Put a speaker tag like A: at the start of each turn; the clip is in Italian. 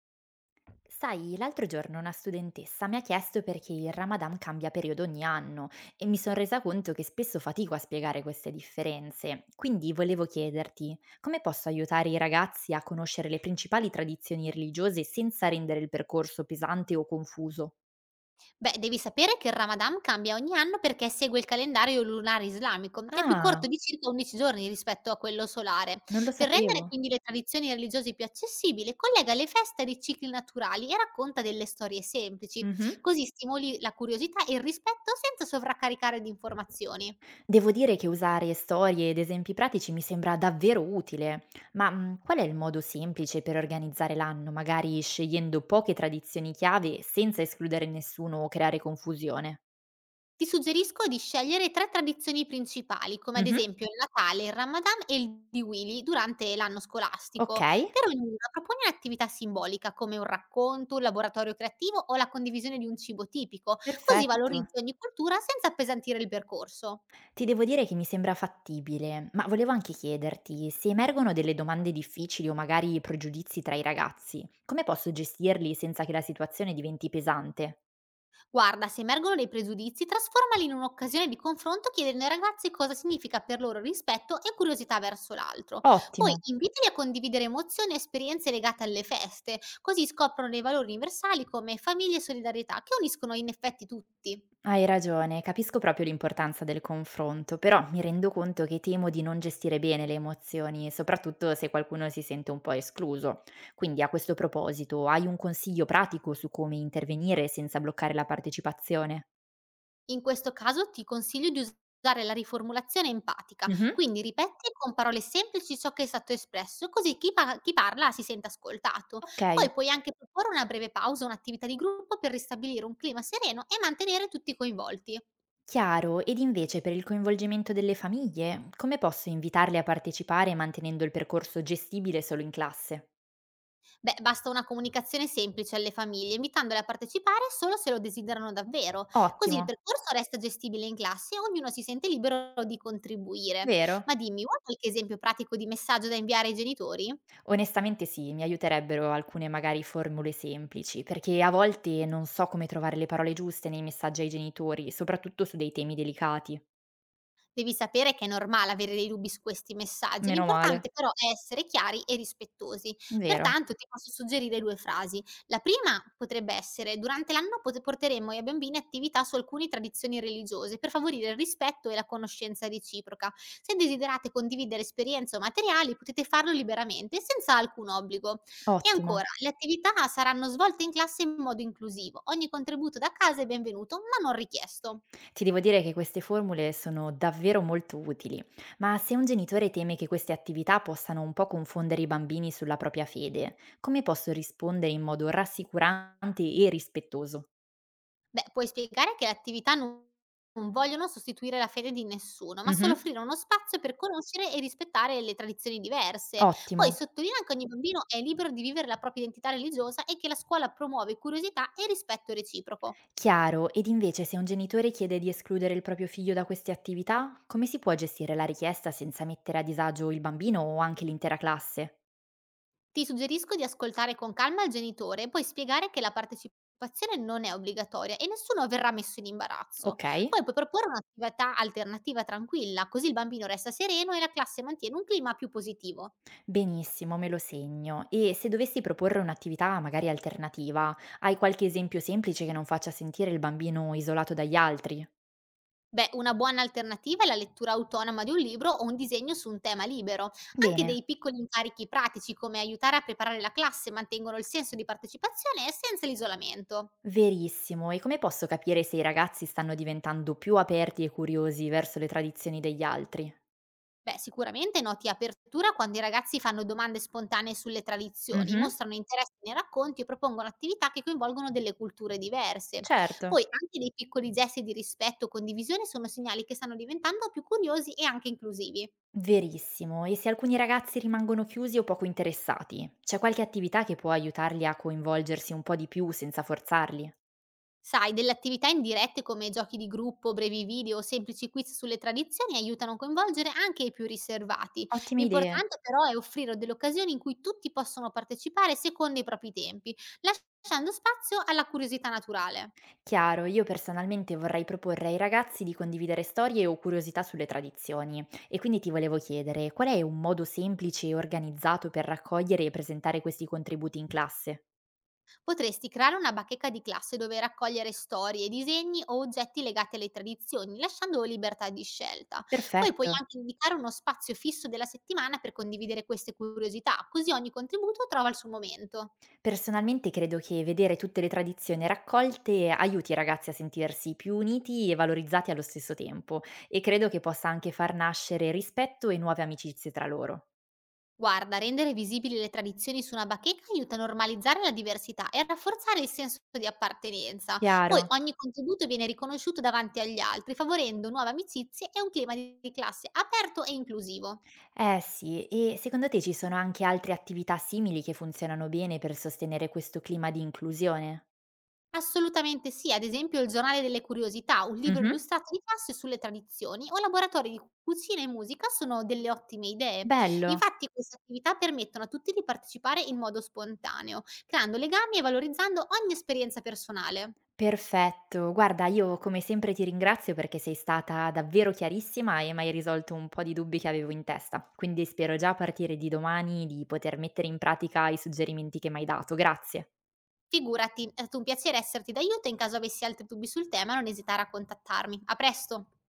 A: Sai, l'altro giorno una studentessa mi ha chiesto perché il Ramadan cambia periodo ogni anno e mi sono resa conto che spesso fatico a spiegare queste differenze. Quindi volevo chiederti, come posso aiutare i ragazzi a conoscere le principali tradizioni religiose senza rendere il percorso pesante o confuso?
B: Beh, devi sapere che il Ramadan cambia ogni anno perché segue il calendario lunare islamico, che è più corto
A: Ah,
B: di circa 11 giorni rispetto a quello solare.
A: non lo
B: Per rendere
A: sapevo.
B: quindi le tradizioni religiose più accessibili, collega le feste ai cicli naturali e racconta delle storie semplici,
A: Mhm.
B: così stimoli la curiosità e il rispetto senza sovraccaricare di informazioni.
A: Devo dire che usare storie ed esempi pratici mi sembra davvero utile, ma qual è il modo semplice per organizzare l'anno, magari scegliendo poche tradizioni chiave senza escludere nessuno o creare confusione?
B: Ti suggerisco di scegliere 3 tradizioni principali, come ad
A: Mhm,
B: esempio il Natale, il Ramadan e il Diwali durante l'anno
A: ok,
B: scolastico. Per ognuna proponi un'attività simbolica come un racconto, un laboratorio creativo o la condivisione di un cibo tipico, così
A: perfetto.
B: valorizzi ogni cultura senza appesantire il percorso.
A: Ti devo dire che mi sembra fattibile, ma volevo anche chiederti se emergono delle domande difficili o magari pregiudizi tra i ragazzi, come posso gestirli senza che la situazione diventi pesante?
B: Guarda, se emergono dei pregiudizi, trasformali in un'occasione di confronto chiedendo ai ragazzi cosa significa per loro rispetto e curiosità verso l'altro. Poi
A: Ottimo.
B: invitali a condividere emozioni e esperienze legate alle feste, così scoprono dei valori universali come famiglia e solidarietà che uniscono in effetti tutti.
A: Hai ragione, capisco proprio l'importanza del confronto, però mi rendo conto che temo di non gestire bene le emozioni, soprattutto se qualcuno si sente un po' escluso. Quindi a questo proposito, hai un consiglio pratico su come intervenire senza bloccare la partecipazione?
B: In questo caso ti consiglio di usare la riformulazione empatica,
A: Mhm.
B: quindi ripeti con parole semplici ciò che è stato espresso, così chi parla si sente ascoltato.
A: Ok,
B: Poi puoi anche proporre una breve pausa, un'attività di gruppo per ristabilire un clima sereno e mantenere tutti coinvolti.
A: chiaro. Ed invece per il coinvolgimento delle famiglie, come posso invitarle a partecipare mantenendo il percorso gestibile solo in classe?
B: Beh, basta una comunicazione semplice alle famiglie, invitandole a partecipare solo se lo desiderano davvero, così il
A: Ottimo,
B: percorso resta gestibile in classe e ognuno si sente libero di contribuire.
A: vero?
B: Ma dimmi, vuoi qualche esempio pratico di messaggio da inviare ai genitori?
A: Onestamente sì, mi aiuterebbero alcune magari formule semplici, perché a volte non so come trovare le parole giuste nei messaggi ai genitori, soprattutto su dei temi delicati.
B: Devi sapere che è normale avere dei dubbi su questi messaggi.
A: Meno
B: L'importante
A: male,
B: però è essere chiari e rispettosi.
A: vero?
B: Pertanto ti posso suggerire 2 frasi. La prima potrebbe essere: "Durante l'anno pot porteremo i bambini attività su alcune tradizioni religiose per favorire il rispetto e la conoscenza reciproca. Se desiderate condividere esperienze o materiali, potete farlo liberamente e senza alcun obbligo". E
A: Ottimo.
B: ancora: "Le attività saranno svolte in classe in modo inclusivo. Ogni contributo da casa è benvenuto, ma non richiesto".
A: Ti devo dire che queste formule sono davvero molto utili, ma se un genitore teme che queste attività possano un po' confondere i bambini sulla propria fede, come posso rispondere in modo rassicurante e rispettoso?
B: Beh, puoi spiegare che le attività non vogliono sostituire la fede di nessuno, ma solo
A: Mhm,
B: offrire uno spazio per conoscere e rispettare le tradizioni diverse.
A: ottimo.
B: Poi sottolinea che ogni bambino è libero di vivere la propria identità religiosa e che la scuola promuove curiosità e rispetto reciproco.
A: Chiaro, ed invece se un genitore chiede di escludere il proprio figlio da queste attività, come si può gestire la richiesta senza mettere a disagio il bambino o anche l'intera classe?
B: Ti suggerisco di ascoltare con calma il genitore e poi spiegare che la partecipazione non è obbligatoria e nessuno verrà messo in imbarazzo.
A: Ok?
B: Poi puoi proporre un'attività alternativa tranquilla, così il bambino resta sereno e la classe mantiene un clima più positivo.
A: Benissimo, me lo segno. E se dovessi proporre un'attività magari alternativa, hai qualche esempio semplice che non faccia sentire il bambino isolato dagli altri?
B: Beh, una buona alternativa è la lettura autonoma di un libro o un disegno su un tema libero. Anche
A: Bene,
B: dei piccoli incarichi pratici come aiutare a preparare la classe mantengono il senso di partecipazione senza l'isolamento.
A: verissimo. E come posso capire se i ragazzi stanno diventando più aperti e curiosi verso le tradizioni degli altri?
B: Beh, sicuramente noti apertura quando i ragazzi fanno domande spontanee sulle tradizioni,
A: Mhm,
B: mostrano interesse nei racconti e propongono attività che coinvolgono delle culture diverse.
A: certo.
B: Poi anche dei piccoli gesti di rispetto o condivisione sono segnali che stanno diventando più curiosi e anche inclusivi.
A: Verissimo, e se alcuni ragazzi rimangono chiusi o poco interessati, c'è qualche attività che può aiutarli a coinvolgersi un po' di più senza forzarli?
B: Sai, delle attività indirette come giochi di gruppo, brevi video o semplici quiz sulle tradizioni aiutano a coinvolgere anche i più riservati.
A: Ottime idee.
B: L'importante però è offrire delle occasioni in cui tutti possono partecipare secondo i propri tempi, lasciando spazio alla curiosità naturale.
A: Chiaro, io personalmente vorrei proporre ai ragazzi di condividere storie o curiosità sulle tradizioni e quindi ti volevo chiedere qual è un modo semplice e organizzato per raccogliere e presentare questi contributi in classe?
B: Potresti creare una bacheca di classe dove raccogliere storie, disegni o oggetti legati alle tradizioni, lasciando libertà di scelta. Poi puoi
A: Perfetto.
B: anche indicare uno spazio fisso della settimana per condividere queste curiosità, così ogni contributo trova il suo momento.
A: Personalmente credo che vedere tutte le tradizioni raccolte aiuti i ragazzi a sentirsi più uniti e valorizzati allo stesso tempo e credo che possa anche far nascere rispetto e nuove amicizie tra loro.
B: Guarda, rendere visibili le tradizioni su una bacheca aiuta a normalizzare la diversità e a rafforzare il senso di appartenenza. Poi
A: Chiaro.
B: ogni contributo viene riconosciuto davanti agli altri, favorendo nuove amicizie e un clima di classe aperto e inclusivo.
A: Eh sì, e secondo te ci sono anche altre attività simili che funzionano bene per sostenere questo clima di inclusione?
B: Assolutamente sì, ad esempio il giornale delle curiosità, un libro
A: Mhm.
B: illustrato di classe sulle tradizioni o laboratori di cucina e musica sono delle ottime idee.
A: Bello.
B: Infatti queste attività permettono a tutti di partecipare in modo spontaneo, creando legami e valorizzando ogni esperienza personale.
A: Perfetto, guarda io come sempre ti ringrazio perché sei stata davvero chiarissima e m'hai risolto un po' di dubbi che avevo in testa, quindi spero già a partire di domani di poter mettere in pratica i suggerimenti che m'hai dato. Grazie.
B: Figurati, è stato un piacere esserti d'aiuto e in caso avessi altri dubbi sul tema non esitare a contattarmi. A presto!